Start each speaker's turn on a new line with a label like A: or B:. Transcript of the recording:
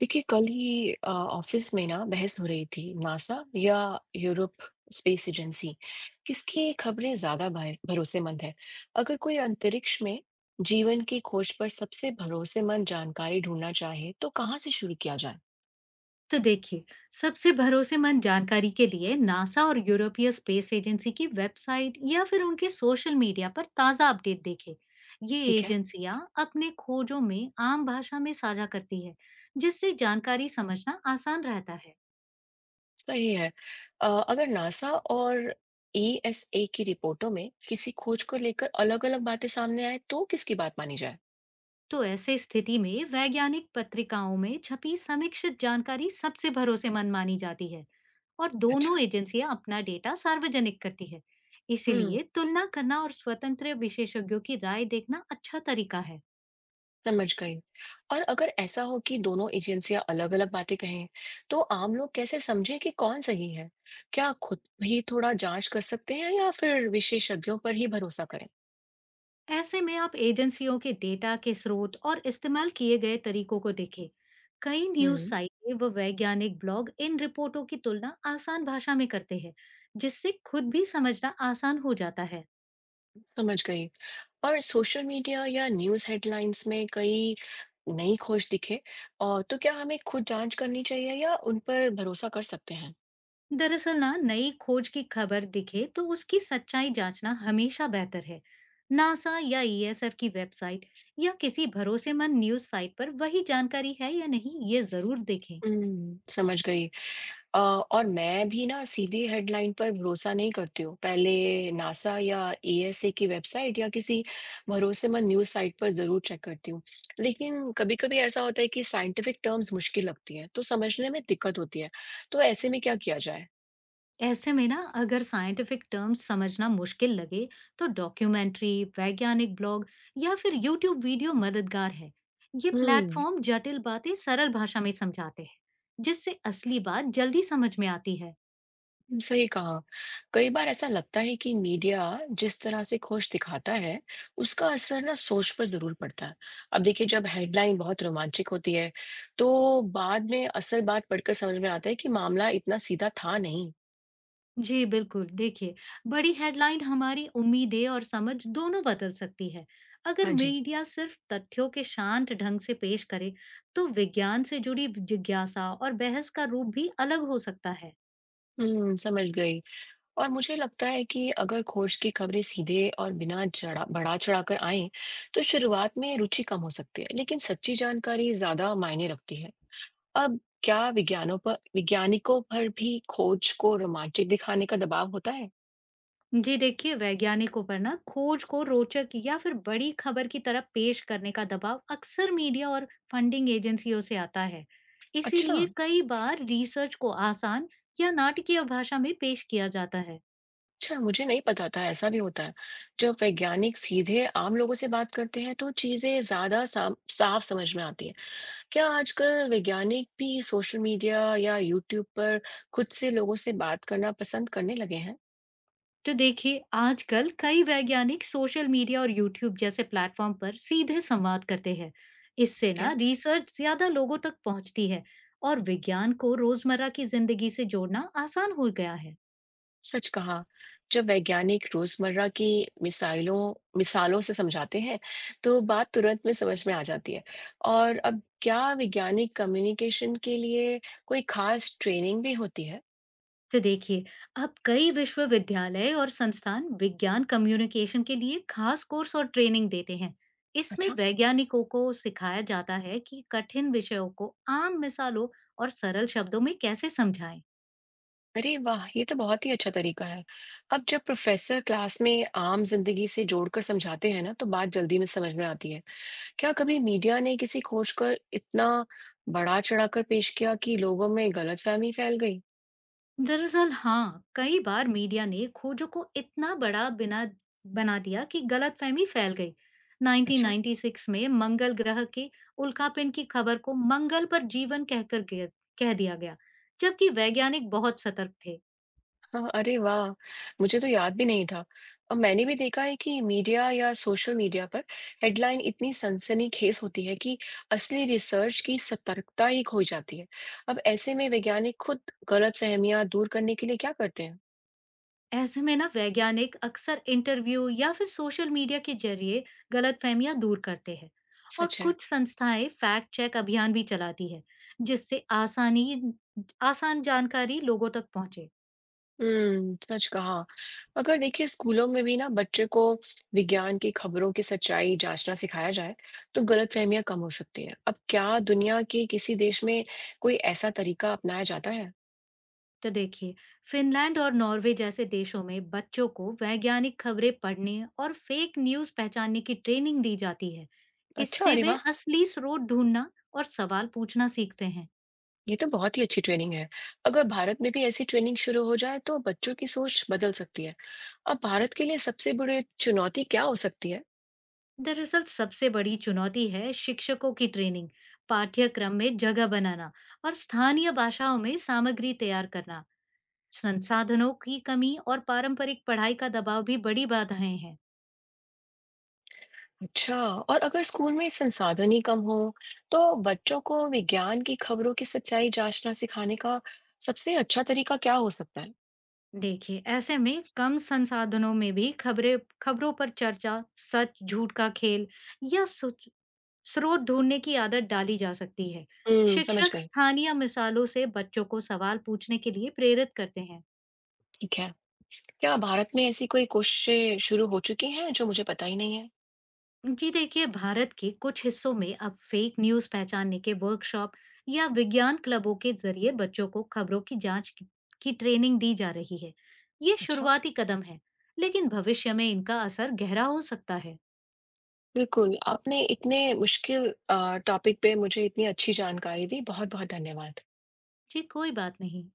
A: देखिए कल ही ऑफिस में ना बहस हो रही थी। नासा या यूरोप स्पेस एजेंसी किसकी खबरें ज्यादा भरोसेमंद है। अगर कोई अंतरिक्ष में जीवन की खोज पर सबसे भरोसेमंद जानकारी ढूंढना चाहे तो कहाँ से शुरू किया जाए।
B: तो देखिए, सबसे भरोसेमंद जानकारी के लिए नासा और यूरोपीय स्पेस एजेंसी की वेबसाइट या फिर उनके सोशल मीडिया पर ताज़ा अपडेट देखें। ये
A: ठीक है।
B: एजेंसियां अपने खोजों में आम भाषा में साझा करती है, जिससे जानकारी समझना आसान रहता है।
A: सही है। अगर नासा और ईएसए की रिपोर्टों में किसी खोज को लेकर अलग-अलग बातें सामने आए तो किसकी बात मानी जाए।
B: तो ऐसे स्थिति में वैज्ञानिक पत्रिकाओं में छपी समीक्षित जानकारी सबसे भरोसेमंद मानी जाती है, और दोनों
A: अच्छा।
B: एजेंसियां अपना डेटा सार्वजनिक करती है।
A: हम्म।
B: इसीलिए तुलना करना और स्वतंत्र विशेषज्ञों की राय देखना अच्छा तरीका है।
A: समझ गई। और अगर ऐसा हो कि दोनों एजेंसियां अलग-अलग बातें कहें, तो आम लोग कैसे समझे कि कौन सही है? क्या खुद भी थोड़ा जांच कर सकते हैं या फिर विशेषज्ञों पर ही भरोसा करें?
B: ऐसे में आप एजेंसियों के डेटा के स्रोत और इस्तेमाल किए गए तरीकों को देखें। कई न्यूज
A: हम्म,
B: साइटें व वैज्ञानिक ब्लॉग इन रिपोर्टों की तुलना आसान भाषा में करते हैं, जिससे खुद भी समझना आसान हो जाता है।
A: समझ गई। और सोशल मीडिया या न्यूज़ हेडलाइंस में कई नई खोज दिखे, और तो क्या हमें खुद जांच करनी चाहिए या उन पर भरोसा कर सकते हैं?
B: दरअसल ना, नई खोज की खबर दिखे तो उसकी सच्चाई जांचना हमेशा बेहतर है। नासा या ईएसएफ की वेबसाइट या किसी भरोसेमंद न्यूज साइट पर वही जानकारी है या नहीं, ये जरूर देखें।
A: समझ गई। और मैं भी ना सीधी हेडलाइन पर भरोसा नहीं करती हूँ। पहले नासा या एएसए की वेबसाइट या किसी भरोसेमंद न्यूज़ साइट पर ज़रूर चेक करती हूँ। लेकिन कभी-कभी ऐसा होता है कि साइंटिफिक टर्म्स मुश्किल लगती हैं, तो समझने में दिक्कत होती है। तो ऐसे में क्या किया जाए?
B: ऐसे में ना, अगर साइंटिफिक टर्म्स समझना मुश्किल लगे तो डॉक्यूमेंट्री, वैज्ञानिक ब्लॉग या फिर यूट्यूब वीडियो मददगार है। ये
A: हम्म।
B: प्लेटफॉर्म जटिल बातें सरल भाषा में समझाते हैं, जिससे असली बात जल्दी समझ में आती है।
A: सही कहा। कई बार ऐसा लगता है कि मीडिया जिस तरह से खोज दिखाता है उसका असर ना सोच पर जरूर पड़ता है। अब देखिए जब हेडलाइन बहुत रोमांचक होती है तो बाद में असल बात पढ़कर समझ में आता है कि मामला इतना सीधा था नहीं।
B: जी, बिल्कुल। देखिए, बड़ी हेडलाइन हमारी उम्मीदें और समझ दोनों बदल सकती है। अगर
A: हाँ जी।
B: मीडिया सिर्फ तथ्यों के शांत ढंग से पेश करे, तो विज्ञान से जुड़ी जिज्ञासा और बहस का रूप भी अलग हो सकता है।
A: हम्म। समझ गई। और मुझे लगता है कि अगर खोज की खबरें सीधे और बिना चढ़ा बढ़ा चढ़ाकर आए तो शुरुआत में रुचि कम हो सकती है लेकिन सच्ची जानकारी ज्यादा मायने रखती है। अब क्या विज्ञानों पर वैज्ञानिकों पर भी खोज को रोमांचक दिखाने का दबाव होता है?
B: जी देखिए, वैज्ञानिकों पर ना खोज को रोचक या फिर बड़ी खबर की तरह पेश करने का दबाव अक्सर मीडिया और फंडिंग एजेंसियों से आता है।
A: अच्छा।
B: इसीलिए कई बार रिसर्च को आसान या नाटकीय भाषा में पेश किया जाता है।
A: अच्छा, मुझे नहीं पता था ऐसा भी होता है। जब वैज्ञानिक सीधे आम लोगों से बात करते हैं तो चीजें ज्यादा साफ समझ में आती हैं। क्या आजकल वैज्ञानिक भी सोशल मीडिया या यूट्यूब पर खुद से लोगों से बात करना पसंद करने लगे हैं?
B: तो देखिए, आजकल कई वैज्ञानिक सोशल मीडिया और यूट्यूब जैसे प्लेटफॉर्म पर सीधे संवाद करते हैं। इससे
A: क्या।
B: ना, रिसर्च ज्यादा लोगों तक पहुंचती है और विज्ञान को रोजमर्रा की जिंदगी से जोड़ना आसान हो गया है।
A: सच कहा। जब वैज्ञानिक रोज़मर्रा की मिसाइलों मिसालों से समझाते हैं, तो बात तुरंत में समझ में आ जाती है। और अब क्या वैज्ञानिक कम्युनिकेशन के लिए कोई ख़ास ट्रेनिंग भी होती है?
B: तो देखिए, अब कई विश्वविद्यालय और संस्थान विज्ञान कम्युनिकेशन के लिए खास कोर्स और ट्रेनिंग देते हैं। इसमें
A: अच्छा,
B: वैज्ञानिकों को सिखाया जाता है कि कठिन विषयों को आम मिसालों और सरल शब्दों में कैसे समझाएं।
A: अरे वाह! ये तो बहुत ही अच्छा तरीका है। अब जब प्रोफ़ेसर क्लास में आम ज़िंदगी से जोड़कर समझाते हैं ना, तो बात जल्दी में समझ में आती है। क्या कभी मीडिया ने किसी खोज को इतना बढ़ा-चढ़ाकर पेश किया कि लोगों में गलतफ़हमी फैल गई?
B: दरअसल हाँ, कई बार मीडिया ने खोजों को इतना बड़ा बिना बना दिया कि गलतफहमी फैल गई।
A: अच्छा।
B: 1996 में मंगल ग्रह के उल्कापिंड की खबर को मंगल पर जीवन कहकर कह दिया गया, जबकि वैज्ञानिक बहुत सतर्क थे।
A: हाँ, अरे वाह! मुझे तो याद भी नहीं था। और मैंने भी देखा है कि मीडिया या सोशल मीडिया पर हेडलाइन इतनी सनसनीखेज होती है कि असली रिसर्च की सतर्कता ही खो जाती है। अब ऐसे में वैज्ञानिक खुद गलतफहमियां दूर करने के लिए क्या करते हैं?
B: ऐसे में ना, वैज्ञानिक अक्सर इंटरव्यू या फिर सोशल मीडिया के जरिए गलतफहमियां दूर करते हैं। और
A: सच है।
B: कुछ संस्थाएं फैक्ट चेक अभियान भी चलाती है, जिससे आसान जानकारी लोगों तक पहुंचे।
A: सच कहा। अगर देखिए स्कूलों में भी ना बच्चे को विज्ञान की खबरों की सच्चाई जांचना सिखाया जाए, तो गलतफहमियां कम हो सकती हैं। अब क्या दुनिया के किसी देश में कोई ऐसा तरीका अपनाया जाता है?
B: तो देखिए, फिनलैंड और नॉर्वे जैसे देशों में बच्चों को वैज्ञानिक खबरें पढ़ने और फेक न्यूज पहचानने की ट्रेनिंग दी जाती है।
A: अच्छा,
B: इससे
A: अरे
B: वे
A: वाह!
B: असली स्रोत ढूंढना और सवाल पूछना सीखते हैं।
A: ये तो बहुत ही अच्छी ट्रेनिंग है। अगर भारत में भी ऐसी ट्रेनिंग शुरू हो जाए तो बच्चों की सोच बदल सकती है। अब भारत के लिए सबसे बड़ी चुनौती क्या हो सकती है?
B: दरअसल सबसे बड़ी चुनौती है शिक्षकों की ट्रेनिंग, पाठ्यक्रम में जगह बनाना और स्थानीय भाषाओं में सामग्री तैयार करना। संसाधनों की कमी और पारंपरिक पढ़ाई का दबाव भी बड़ी बाधाएं हैं।
A: अच्छा। और अगर स्कूल में संसाधन ही कम हो तो बच्चों को विज्ञान की खबरों की सच्चाई जांचना सिखाने का सबसे अच्छा तरीका क्या हो सकता है।
B: देखिए, ऐसे में कम संसाधनों में भी खबरें खबरों पर चर्चा, सच झूठ का खेल या स्रोत ढूंढने की आदत डाली जा सकती है।
A: हम्म। समझ
B: शिक्षक
A: गई।
B: स्थानीय मिसालों से बच्चों को सवाल पूछने के लिए प्रेरित करते हैं।
A: ठीक है। क्या भारत में ऐसी कोई कोशिशें शुरू हो चुकी हैं जो मुझे पता ही नहीं है।
B: जी देखिए, भारत के कुछ हिस्सों में अब फेक न्यूज पहचानने के वर्कशॉप या विज्ञान क्लबों के जरिए बच्चों को खबरों की जांच की ट्रेनिंग दी जा रही है। ये
A: अच्छा।
B: शुरुआती कदम है, लेकिन भविष्य में इनका असर गहरा हो सकता है।
A: बिल्कुल आपने इतने मुश्किल टॉपिक पे मुझे इतनी अच्छी जानकारी दी। बहुत बहुत धन्यवाद।
B: जी, कोई बात नहीं।